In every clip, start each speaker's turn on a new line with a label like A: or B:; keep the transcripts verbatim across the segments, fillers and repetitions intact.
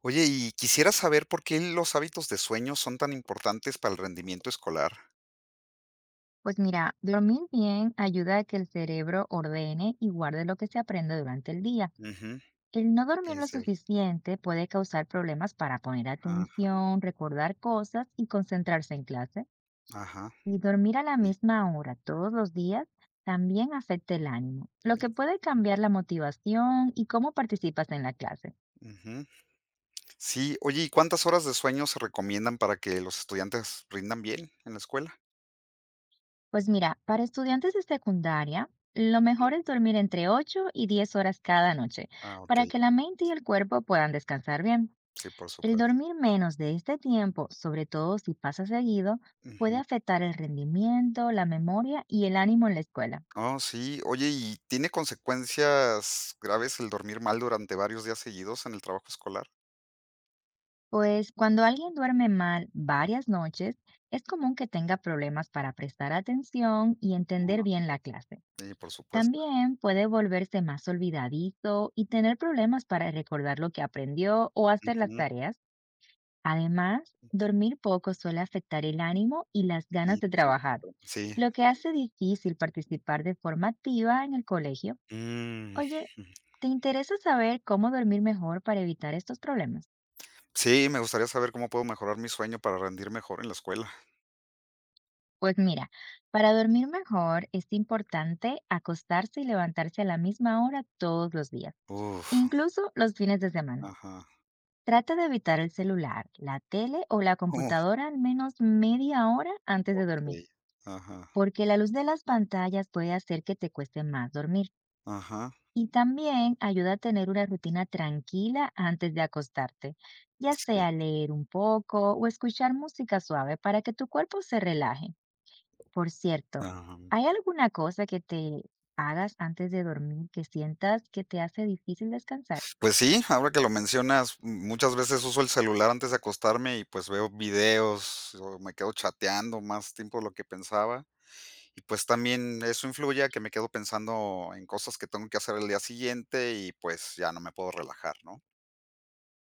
A: Oye, y quisiera saber por qué los hábitos de sueño son tan importantes para el rendimiento escolar.
B: Pues mira, dormir bien ayuda a que el cerebro ordene y guarde lo que se aprende durante el día.
A: Ujú,
B: El no dormir
A: es
B: lo
A: cierto.
B: suficiente puede causar problemas para poner
A: Ajá,
B: atención, recordar cosas y concentrarse en clase.
A: ajá,
B: Y dormir a la
A: sí.
B: misma hora todos los días también afecta el ánimo,
A: Sí,
B: lo que puede
A: muy
B: cambiar
A: bueno.
B: la motivación y cómo participas en la clase.
A: Ujú. Sí, oye, ¿y cuántas horas de sueño se recomiendan para que los estudiantes rindan bien en la escuela?
B: Pues mira, para estudiantes de secundaria, lo
A: Ujú.
B: mejor es dormir entre ocho y diez horas cada noche,
A: Ah, ok,
B: para que la mente y el cuerpo puedan descansar bien.
A: sí, por
B: El
A: supuesto.
B: dormir menos de este tiempo, sobre todo si pasa seguido, puede
A: Ujú.
B: afectar el rendimiento, la memoria y el ánimo en la escuela.
A: Oh, sí, oye, ¿y tiene consecuencias graves el dormir mal durante varios días seguidos en el trabajo escolar?
B: Pues cuando alguien duerme mal varias noches, es común que tenga problemas para prestar atención y entender
A: Ah,
B: bien la clase.
A: sí, por supuesto.
B: También puede volverse más olvidadizo y tener problemas para recordar lo que aprendió o hacer las
A: Ujú,
B: tareas. Además, dormir poco suele afectar el ánimo y las ganas
A: sí,
B: de
A: te sientes
B: trabajar,
A: súper- Sí,
B: lo que
A: te
B: hace
A: sientes-
B: difícil participar de forma activa en el colegio.
A: Mm.
B: Oye, ¿te interesa saber cómo dormir mejor para evitar estos problemas?
A: Sí, me gustaría saber cómo puedo mejorar mi sueño para rendir mejor en la escuela.
B: Pues mira, para dormir mejor es importante acostarse y levantarse a la misma hora todos los días,
A: Uf,
B: incluso los fines de semana.
A: ajá.
B: Trata de evitar el celular, la tele o la
A: Uf,
B: computadora al menos media hora antes de dormir,
A: okey. Ajá,
B: porque la luz de las pantallas puede hacer que te cueste más dormir
A: ajá.
B: y también ayuda a tener una rutina tranquila antes de acostarte, ya
A: Sí,
B: sea leer un poco o escuchar música suave para que tu cuerpo se relaje. Por cierto,
A: ajá.
B: ¿hay alguna cosa que te hagas antes de dormir que sientas que te hace difícil descansar?
A: Pues sí, ahora que lo mencionas, m- muchas veces uso el celular antes de acostarme y, pues, veo videos o me quedo chateando más tiempo de lo que pensaba. Y, pues, también eso influye a que me quedo pensando en cosas que tengo que hacer el día siguiente y, pues, ya no me puedo relajar, ¿no?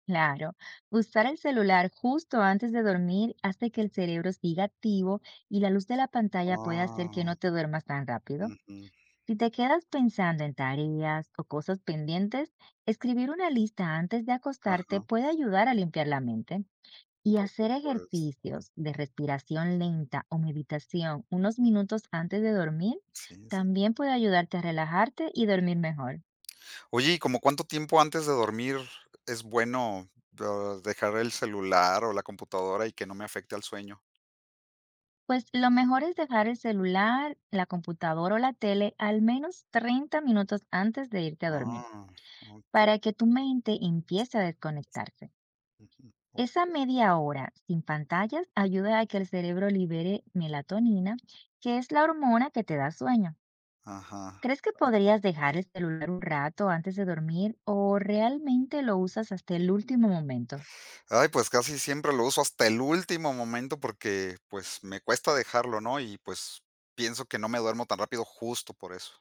B: Claro, usar el celular justo antes de dormir hace que el cerebro siga activo y la luz de la pantalla puede hacer que
A: Ah,
B: no te duermas tan rápido.
A: ujú,
B: Si te quedas pensando en tareas o cosas pendientes, escribir una lista antes de
A: ajá,
B: acostarte puede ayudar a limpiar la mente y
A: por
B: hacer
A: supuesto.
B: ejercicios de respiración lenta o meditación unos minutos antes de dormir
A: Sí, sí.
B: también puede ayudarte a relajarte y dormir mejor.
A: Oye, ¿y como cuánto tiempo antes de dormir es bueno, ah, dejar el celular o la computadora y que no me afecte al sueño?
B: Pues lo mejor es dejar el celular, la computadora o la tele al menos treinta minutos antes de irte a dormir,
A: Ah, ok,
B: para que tu mente empiece a
A: bastante.
B: desconectarse.
A: Ujú,
B: Esa
A: okey.
B: media hora sin pantallas ayuda a que el cerebro libere melatonina, que es la hormona que te da sueño.
A: Ajá.
B: ¿Crees que podrías dejar el celular un rato antes de dormir o realmente lo usas hasta el último momento?
A: Ay, pues casi siempre lo uso hasta el último momento porque, pues, me cuesta dejarlo, ¿no? Y, pues, pienso que no me duermo tan rápido justo por eso.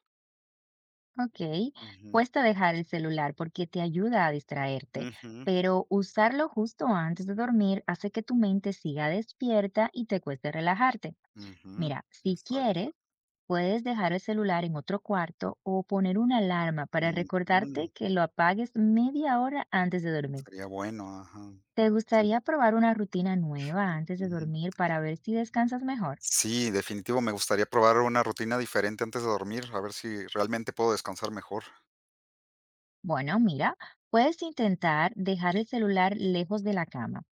B: Ok,
A: Ujú.
B: cuesta dejar el celular porque te ayuda a distraerte,
A: Ujú,
B: pero usarlo justo antes de dormir hace que tu mente siga despierta y te cueste relajarte.
A: ujú,
B: Mira, si
A: exacto.
B: quieres, puedes dejar el celular en otro cuarto o poner una alarma para
A: Ujú,
B: recordarte que lo apagues media hora antes de dormir.
A: sería bueno, ajá.
B: ¿Te
A: Sí.
B: gustaría probar una rutina nueva antes de dormir para ver si descansas mejor?
A: Sí, definitivo, me gustaría probar una rutina diferente antes de dormir, a ver si realmente puedo descansar mejor.
B: Bueno, mira, puedes intentar dejar el celular lejos de la cama,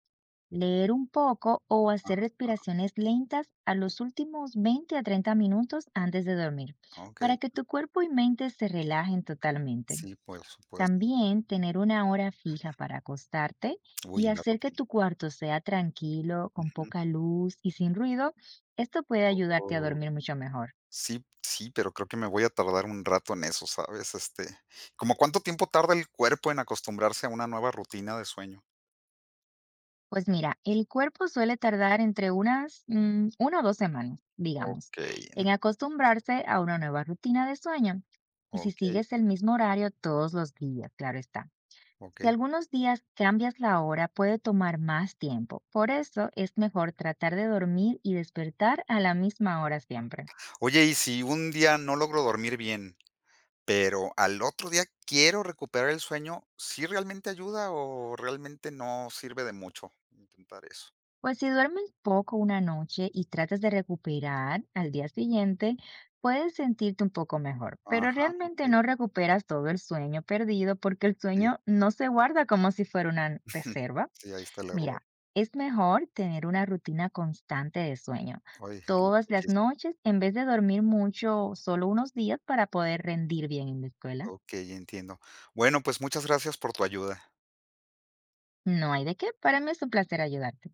B: leer un poco o hacer
A: Ajá,
B: respiraciones lentas a los últimos veinte a treinta minutos antes de dormir, para
A: okey.
B: que tu cuerpo y mente se relajen totalmente.
A: Sí, por supuesto.
B: También tener una hora fija para acostarte y
A: Uy, la
B: hacer que
A: rutina.
B: tu cuarto sea tranquilo, con
A: Ujú.
B: poca luz y sin ruido, esto puede ayudarte a
A: Oh,
B: dormir mucho mejor.
A: sí, sí, pero creo que me voy a tardar un rato en eso, ¿sabes? Este, ¿como cuánto tiempo tarda el cuerpo en acostumbrarse a una nueva rutina de sueño?
B: Pues mira, el cuerpo suele tardar entre unas mm, una o dos semanas, digamos,
A: Okey,
B: en acostumbrarse a una nueva rutina de sueño. Y si
A: okey,
B: sigues el mismo horario todos los días, claro está. Si
A: okey.
B: algunos días cambias la hora, puede tomar más tiempo. Por eso es mejor tratar de dormir y despertar a la misma hora siempre.
A: Oye, y si un día no logro dormir bien, pero al otro día quiero recuperar el sueño, ¿sí realmente ayuda o realmente no sirve de mucho intentar eso?
B: Pues si duermes poco una noche y tratas de recuperar al día siguiente, puedes sentirte un poco mejor, pero
A: Ajá,
B: realmente
A: okey,
B: no recuperas todo el sueño perdido porque el
A: sí.
B: sueño no se guarda como si fuera una reserva.
A: Sí, ahí está el error.
B: Mira, es mejor tener una rutina constante de sueño
A: Ay, lo
B: todas las
A: difícil.
B: noches en vez de dormir mucho solo unos días para poder rendir bien en la escuela.
A: Okey, entiendo. Bueno, pues muchas gracias por tu ayuda.
B: No hay de qué, para mí es un placer ayudarte.